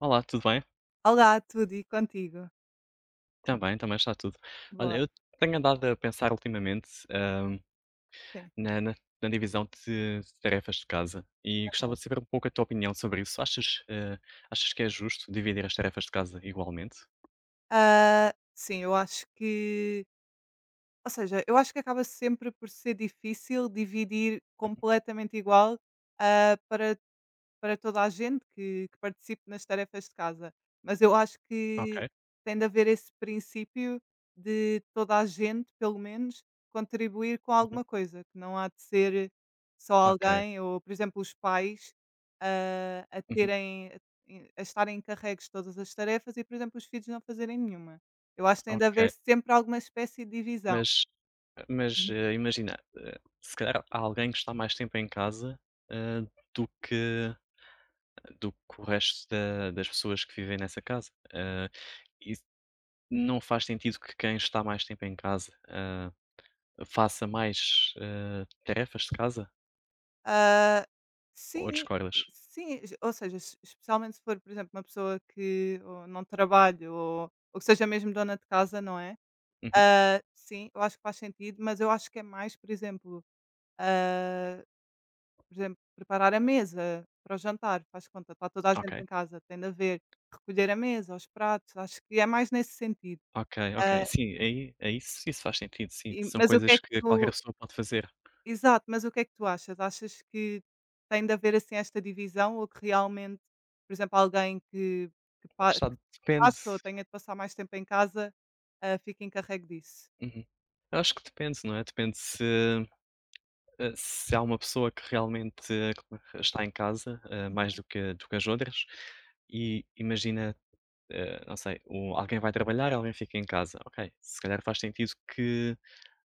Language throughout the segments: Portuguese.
Olá, tudo bem? Olá, tudo e contigo? Também, também está tudo. Olha, Boa, eu tenho andado a pensar ultimamente, sim. na na na divisão de tarefas de casa e gostava Aham. de saber um pouco a tua opinião sobre isso. Achas, achas que é justo dividir as tarefas de casa igualmente? Sim, eu acho que eu acho que acaba sempre por ser difícil dividir Uhum. completamente igual, para toda a gente que participe nas tarefas de casa, mas eu acho Ok. que tem de haver esse princípio de toda a gente, pelo menos, contribuir com Uhum. alguma coisa, que não há de ser só Ok. alguém ou, por exemplo, os pais a Uhum. terem a estarem encarregues de todas as tarefas e, por exemplo, os filhos não fazerem nenhuma. Eu acho que tem de haver Ok. sempre alguma espécie de divisão. Mas mas, imagina, se calhar há alguém que está mais tempo em casa, eh, do que do que o resto da das pessoas que vivem nessa casa. E não faz sentido que quem está mais tempo em casa, faça mais, tarefas de casa? Ah, Ou sim, discordas? sim, ou seja, es especialmente se for, por exemplo, uma pessoa que ou não trabalha ou que seja mesmo dona de casa, não é? Uhum. Ah, sim, eu acho que faz sentido, mas eu acho que é mais, por exemplo, ah, por exemplo, preparar a mesa para o jantar, faz conta, está toda a Ok, gente em casa, tem de haver, recolher a mesa, os pratos, acho que é mais nesse sentido. ok, ok. Ah Sim, aí isso faz sentido, sim. E São mas o que é coisas que que tu qualquer pessoa pode fazer. exato, mas o que é que tu achas? Achas que tem de haver, assim, esta divisão ou que realmente, por exemplo, alguém que Lá pa está, que depende. passa ou tenha de passar mais tempo em casa, fica encarregue disso? Uhum. Eu acho que depende, não é? Depende se, se há uma pessoa que realmente, que está em casa, mais Uhum. do que as outras, e imagina, não sei, o alguém vai trabalhar, alguém fica em casa. Ok, se calhar faz sentido que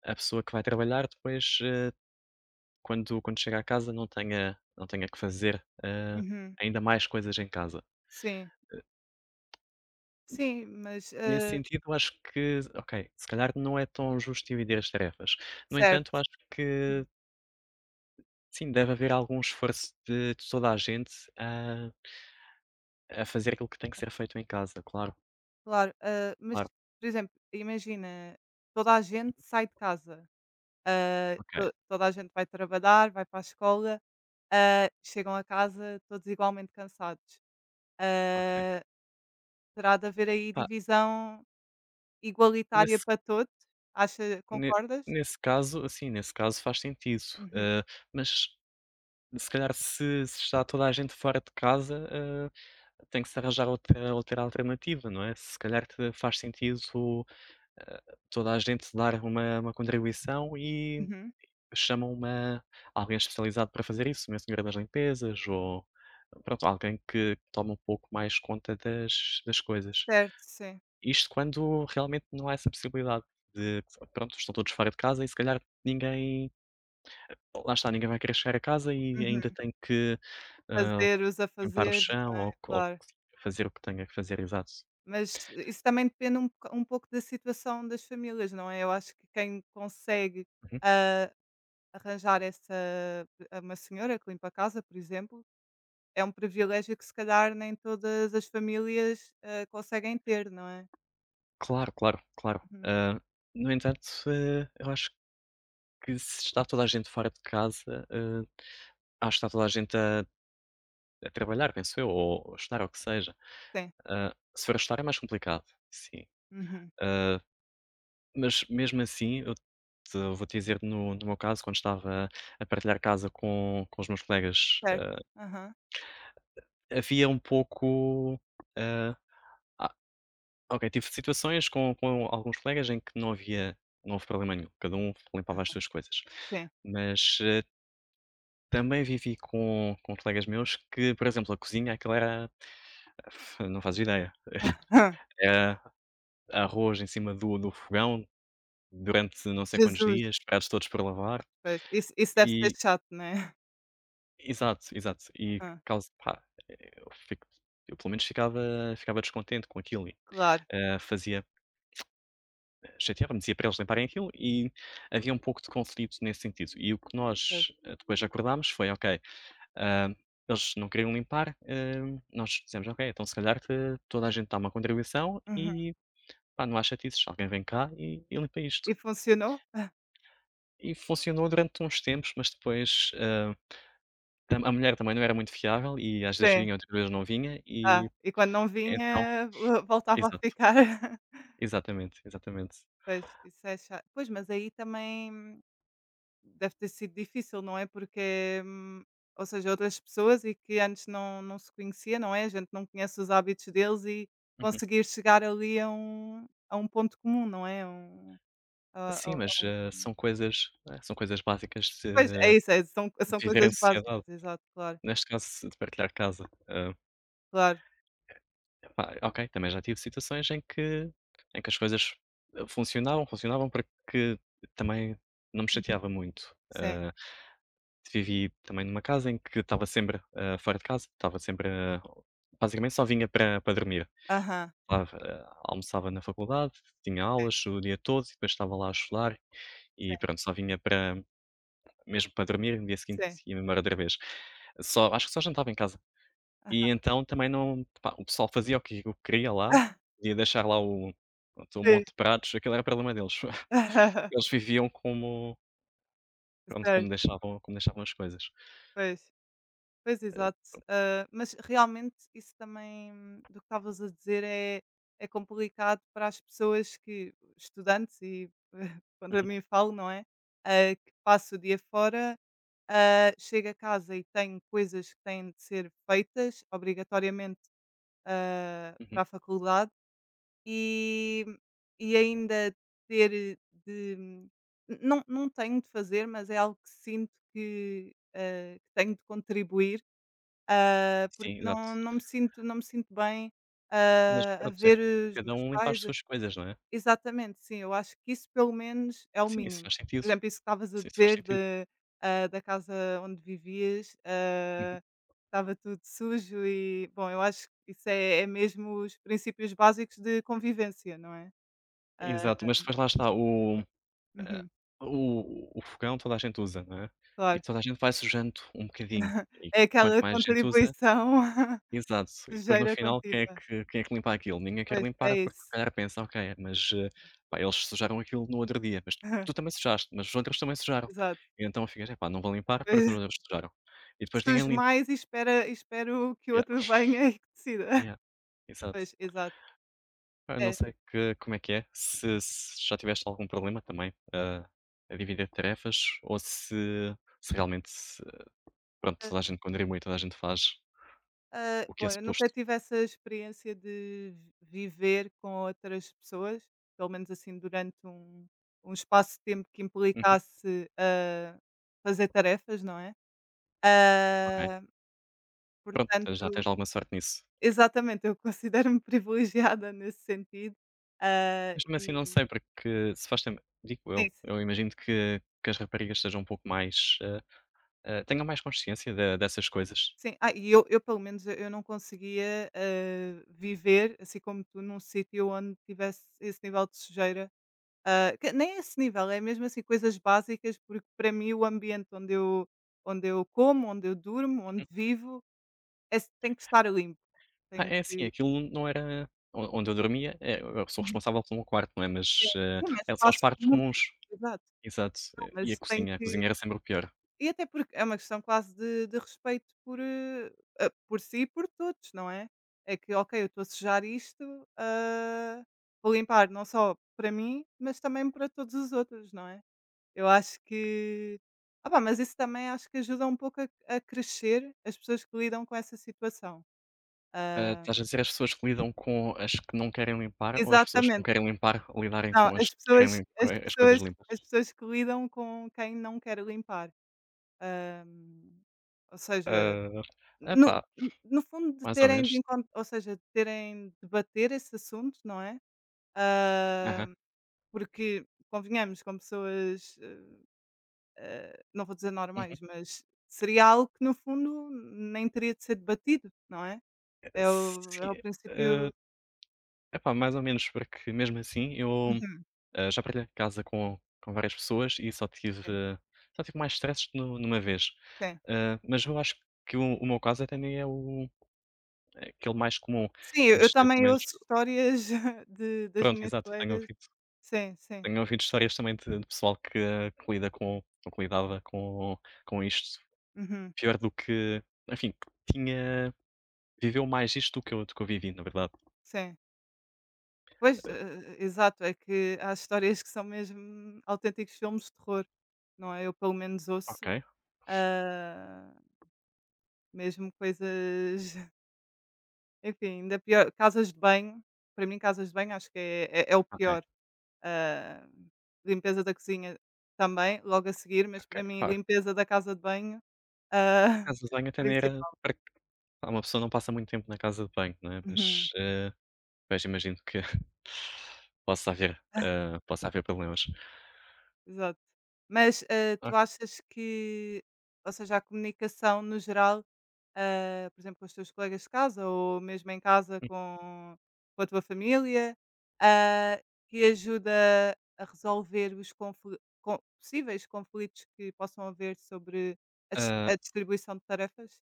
a pessoa que vai trabalhar depois, quando chega a casa não tenha que fazer, Uhum. ainda mais coisas em casa. Sim, sim, mas, Nesse ah sentido, acho que, ok, se calhar não é tão justo dividir as tarefas. No entanto, Certo. acho que sim, deve haver algum esforço de toda a gente, ah a fazer aquilo que tem que ser feito em casa, claro, Claro, ah, mas, claro, por exemplo, imagina, toda a gente sai de casa, ok, to toda a gente vai trabalhar, vai para a escola, chegam a casa todos igualmente cansados. ok. Ah, terá de haver aí Pá, divisão igualitária nesse para todos? Acha ne concordas? nesse caso, assim, nesse caso faz sentido, Uhum, hã, mas se calhar se se está toda a gente fora de casa, tem que se arranjar outra alternativa, não é? Se calhar te faz sentido, hã, toda a gente dar uma contribuição e uhum. chamam uma, alguém especializado para fazer isso, uma senhora das limpezas ou pronto, alguém que toma um pouco mais conta das coisas. Certo, sim. Isto quando realmente não há essa possibilidade de, pronto, estão todos fora de casa e se calhar ninguém, lá está, ninguém vai querer chegar a casa e ainda Uhum. tem que, hã, Fazer os limpar o afazeres, não chão é? ou co ou Claro. fazer o que tenha que fazer, exato. Mas isso também depende um boca um pouco da situação das famílias, não é? Eu acho que quem consegue, Uhum. ah arranjar essa uma senhora que limpa a casa, por exemplo, é um privilégio que se calhar nem todas as famílias, hã, conseguem ter, não é? Claro, claro, claro. Uhum, No entanto, eu acho que se está toda a gente fora de casa, acho que está toda a gente a trabalhar, penso eu, ou a estudar, ou o que seja. sim. Hã, Se for a estudar é mais complicado, sim. Uhum, Ah, Mas mesmo assim, eu te vou-te dizer no, no meu caso, quando estava a partilhar casa com os meus colegas, certo. Aham, havia um pouco, eh, ah, ok, tive situações com alguns colegas em que não havia, não houve problema nenhum, cada um limpava as aham, suas coisas. sim. Mas, também vivi com colegas meus que, por exemplo, a cozinha, aquela era não fazes ideia, Hã, era arroz em cima do fogão durante não sei quantos Jesus! dias, pratos todos para lavar Pois, isso isso deve ser e chato, não é? exato, exato. E Aham, causa pá, eu fico eu pelo menos ficava descontente com aquilo e, claro, hã, fazia chateava-me, dizia para eles limparem aquilo e havia um pouco de conflito nesse sentido. E o que pois. nós, depois acordámos foi: "Ok, hã, eles não queriam limpar", nós dissemos: "Ok, então se calhar que toda a gente dá uma contribuição Uhum. e, pá, não há chatices, alguém vem cá e limpa isto". E funcionou? E funcionou durante uns tempos, mas depois, hã, tam a mulher também não era muito fiável e às vezes Sim. vinha, outras vezes não vinha Ah, e e quando não então vinha, vo voltava a exato, ficar. exatamente, exatamente. Pois, isso é cha pois, mas aí também deve ter sido difícil, não é? Porque, ou seja, outras pessoas e que antes não, não se conhecia, não é? A gente não conhece os hábitos deles e Uhum. conseguir chegar ali a um ponto comum, não é? A- a- Sim, mas, a um- são coisas, né, são coisas básicas Pois, é de isso, é, são, são viver em coisas básicas, sociedade, exato, claro, neste caso de partilhar casa. Claro. Epá, ok, também já tive situações em que as coisas, funcionavam, funcionavam para que também não me Uhum, chateava muito. sim, Vivi também numa casa em que estava sempre, fora de casa, estava sempre, basicamente só vinha para dormir. aham, Estava, almoçava na faculdade, tinha aulas o dia todo e depois estava lá a estudar e sim, pronto, só vinha para, mesmo para dormir, no dia seguinte sim. ia-me embora outra vez. Só acho que só jantava em casa. E então também não pá, o pessoal fazia o que queria lá, Aham, ia deixar lá o, pronto, um sim. monte de pratos, aquilo era problema deles. Eles viviam como, pronto, como Certo, deixavam, como deixavam as coisas. pois. Pois, Eh, exato. Ah, mas realmente isso também do que estavas a dizer é, é complicado para as pessoas que, estudantes e quando a uhum, mim falo, não é? Que passo o dia fora, chego a casa e tenho coisas que têm de ser feitas obrigatoriamente uhum. para a faculdade e, e ainda ter de. Não, não tenho de fazer, mas é algo que sinto que, que tenho de contribuir porque Sim, exato. não não me sinto bem, Mas a pronto, é que ver os cada meus um limpa as pais suas coisas, não é? exatamente, sim, eu acho que isso pelo menos é o Sim, isso mínimo. faz Por sentido. exemplo, isso que estavas a Sim, isso faz dizer sentido. de, da casa onde vivias, estava tudo sujo e, bom, eu acho que isso é mesmo os princípios básicos de convivência, não é? Ah, Exato, mas depois lá está o, eh, uhum, o fogão toda a gente usa, não é, e claro. toda a gente vai sujando um bocadinho e É quanto aquela mais gente usa, contribuição exato, e depois no sujeira final quem é contínua. que quem é que limpa aquilo? Ninguém quer Pois, é limpar porque se isso. calhar pensa: "Ok, mas, pá, eles sujaram aquilo no outro dia, mas tu também sujaste, mas os outros também sujaram", Exato. e então ficas: "Epá, não vou limpar porque Pois. os outros sujaram", e depois ninguém Surge limpa. mais e espera espero que o Yeah, outro venha e que decida. yeah, exato. Pois, exato. Eu não É, sei que como é que é, se já tiveste algum problema também, a dividir tarefas ou se, realmente se, pronto, hã, toda a gente contribui, toda a gente faz hã, o que bom, é eu nunca suposto. tive essa experiência de vi viver com outras pessoas, pelo menos assim durante um espaço de tempo que Uhum, implicasse, hã, fazer tarefas, não é? ok. Hã, Pronto, já portanto tens alguma sorte nisso. exatamente, eu considero-me privilegiada nesse sentido, hã, Mas mesmo assim não e sei, porque se faz tempo digo sim, sim. eu imagino que as raparigas sejam um pouco mais, tenham mais consciência de, dessas coisas. Sim, e eu pelo menos eu não conseguia, hã, viver, assim como tu, num sítio onde tivesse esse nível de sujeira, hã, que nem esse nível, é mesmo assim coisas básicas, porque para mim o ambiente onde eu como, onde eu durmo, onde vivo, tem que estar limpo, Pá, tem é assim, que aquilo não era on onde eu dormia, eu sou uhum. responsável pelo meu quarto, não é, Sim, mas, sim, mas são as espaços partes comuns, comuns. exato, Exato, não, e mas tem a cozinha que era sempre o pior. E até porque é uma questão quase de respeito por, a por si e por todos, não é? É que: "Ok, eu estou a sujar isto, hã, vou limpar não só para mim, mas também para todos os outros", não é? Eu acho que opá, mas isso também acho que ajuda um pouco a crescer as pessoas que lidam com essa situação. Ah, Hã, estás a dizer as pessoas que lidam com as que não querem limpar ou as pessoas que não exatamente. querem limpar lidarem Não, com as que querem lim com as coisas limpas? as pessoas que lidam com quem não quer limpar. Hã, ou seja Ah, no epá, no fundo de mais ou terem de menos. encon ou seja, de terem de debater esse assunto, não é? Aham, Hã, porque convenhamos com pessoas, não vou dizer uhum. normais, mas seria algo que no fundo nem teria de ser debatido, não é? É o Sim, princípio ah, epá, mais ou menos, porque mesmo assim eu, uhum, já partilhei casa com várias pessoas e só tive, sim, só tive mais stress nu numa vez. sim. Mas eu acho que o meu caso até nem é o, é aquele mais comum Sim, eu de pelo também menos, ouço histórias de das pronto, minhas exato, eu tenho colegas ouvido, sim, sim. tenho ouvido histórias também de pessoal que lida com ou que lidava com isto, Uhum, pior do que, enfim, que tinha, viveu mais isto do que eu, do que eu vivi, na verdade. sim. Pois, e exato, é que há histórias que são mesmo autênticos filmes de terror, não é? Eu pelo menos Ok, ouço, ah, mesmo coisas enfim, ainda pior casas de banho, para mim casas de banho acho que é o ok, pior, ah, limpeza da cozinha também, logo a seguir, mas ok. para mim Pá, limpeza da casa de banho, ah, casa de banho até nem era principal. para pá, uma pessoa não passa muito tempo na casa de banho, não é, Uhum, mas, pois imagino que possa haver, possa haver problemas. exato. Mas, ah, tu Ok, achas que ou seja, a comunicação no geral por exemplo, com os teus colegas de casa ou mesmo em casa com a tua família, ah, que ajuda a resolver os possíveis conflitos que possam haver sobre a, hã, a distribuição de tarefas?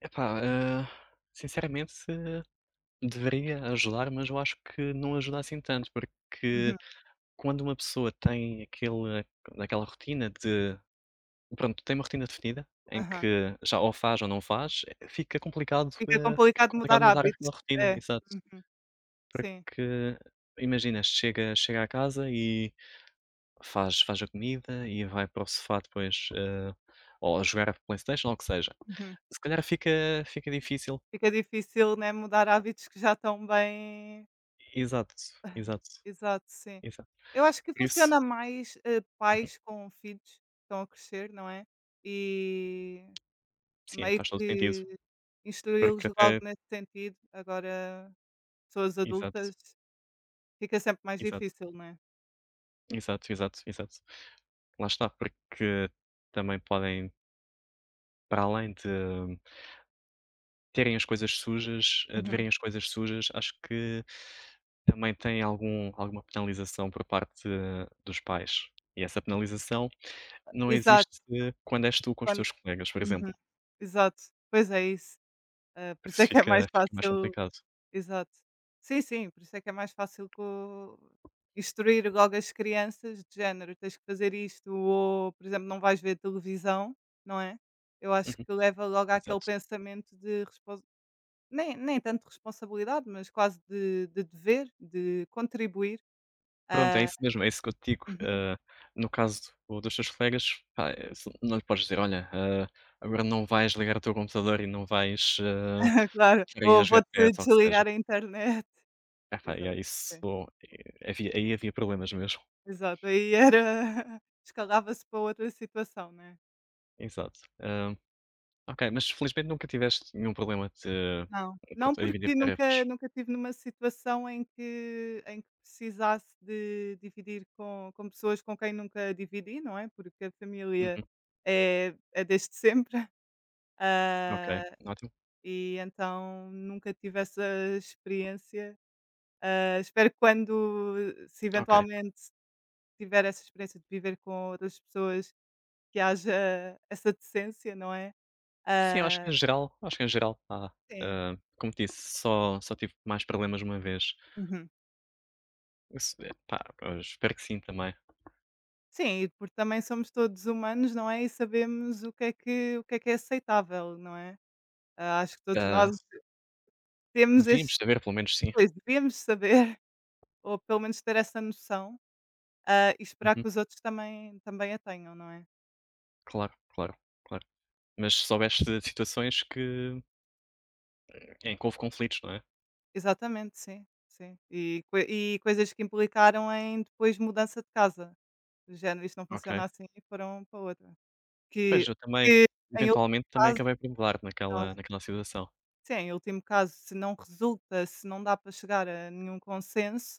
epá, hã, sinceramente, deveria ajudar, mas eu acho que não ajuda assim tanto, Uhum, porque quando uma pessoa tem aquele, aquela rotina de, pronto, tem uma rotina definida, em aham. que já ou faz ou não faz, fica complicado, Fica fica complicado mudar complicado mudar hábitos. aquela rotina, É. exato. Uhum, sim. Porque imagina, chega à casa e faz a comida e vai para o sofá depois, ou a jogar a PlayStation ou o que seja. Uhum. Se calhar fica difícil, Fica difícil, né, mudar hábitos que já estão bem exato, exato, exato, sim. exato. Eu acho que Por isso funciona mais, uhum. pais com filhos que estão a crescer, não é, e Sim, aí meio faz todo o sentido, que instruí-los porque logo até nesse sentido, agora pessoas exato, adultas fica sempre mais exato, difícil, não é? exato, exato, exato. Lá está, porque também podem, para além de terem as coisas sujas, de Uhum. verem as coisas sujas, acho que também tem alguma penalização por parte, dos pais. E essa penalização não Exato, existe quando és tu com os quando teus colegas, por uhum, exemplo, exato, pois é isso, por por isso isso é que é mais fica mais fácil complicado. exato. Sim, sim, por isso é que é mais fácil co instruir logo as crianças de género: "Tens que fazer isto", ou, por exemplo, "Não vais ver televisão", não é? Eu acho Uhum, que leva logo àquele exato. pensamento de respons nem tanto responsabilidade, mas quase de dever, de contribuir. Pronto, é Ah, isso mesmo, é isso que eu te digo. No caso do, dos teus colegas, pá, se não lhe podes dizer: "Olha, agora não vais ligar o teu computador e não vais, claro, estar aí ou a jogar "Vou-te PS", ou o que seja. desligar a internet". Epá, e Exato, aí sim, isso eh, havia aí, havia problemas mesmo. exato. Aí era escalava-se para outra situação, né? Exato. Ok, mas felizmente nunca tiveste nenhum problema de, Não, não pronto, a dividir porque nunca tarefas? nunca tive numa situação em que precisasse de dividir com pessoas com quem nunca dividi, não é, porque a família Uhum, é é desde sempre, ok, ah, ótimo, e então nunca tive essa experiência. Ah, espero que quando se ok. eventualmente tiver essa experiência de viver com outras pessoas, que haja essa decência, não é? Sim, acho Ah, que em geral, acho que em geral, pá, sim. Como te disse, só tive mais problemas uma vez. Uhum. Isso, pá, eu espero que sim também. Sim, e porque também somos todos humanos, não é? E sabemos o que é que, o que é aceitável, não é? Ah, acho que todos nós Ah, temos devíamos este. saber, pelo menos sim. Pois, devemos saber, ou pelo menos ter essa noção, e esperar Uhum. que os outros também, também a tenham, não é? Claro, claro, claro. Mas soubeste de situações que, em que houve conflitos, não é? Exatamente, sim. Sim. E, e coisas que implicaram em depois mudança de casa. Do género, isto não Ok. funciona assim e foram para outra. Que, Pois, eu também, que em último eventualmente, também caso, acabei por mudar não é? naquela situação. Sim, em último caso, se não resulta, se não dá para chegar a nenhum consenso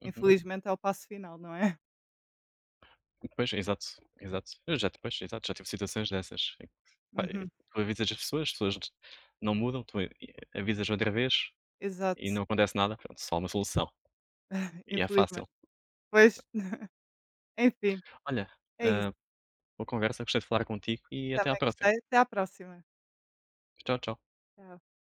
Uhum. infelizmente é o passo final, não é? Pois, exato, exato. Eu já depois, exato, já tive situações dessas em que, pá, Uhum. tu avisas as pessoas não mudam, tu e avisas outra vez e Exato, não acontece nada, pronto, só uma solução e é infelizmente. fácil. Pois, enfim, Olha, é isso. ah, boa conversa, gostei de falar contigo e até à Também próxima. gostei. Até à próxima. Tchau, tchau. Tchau.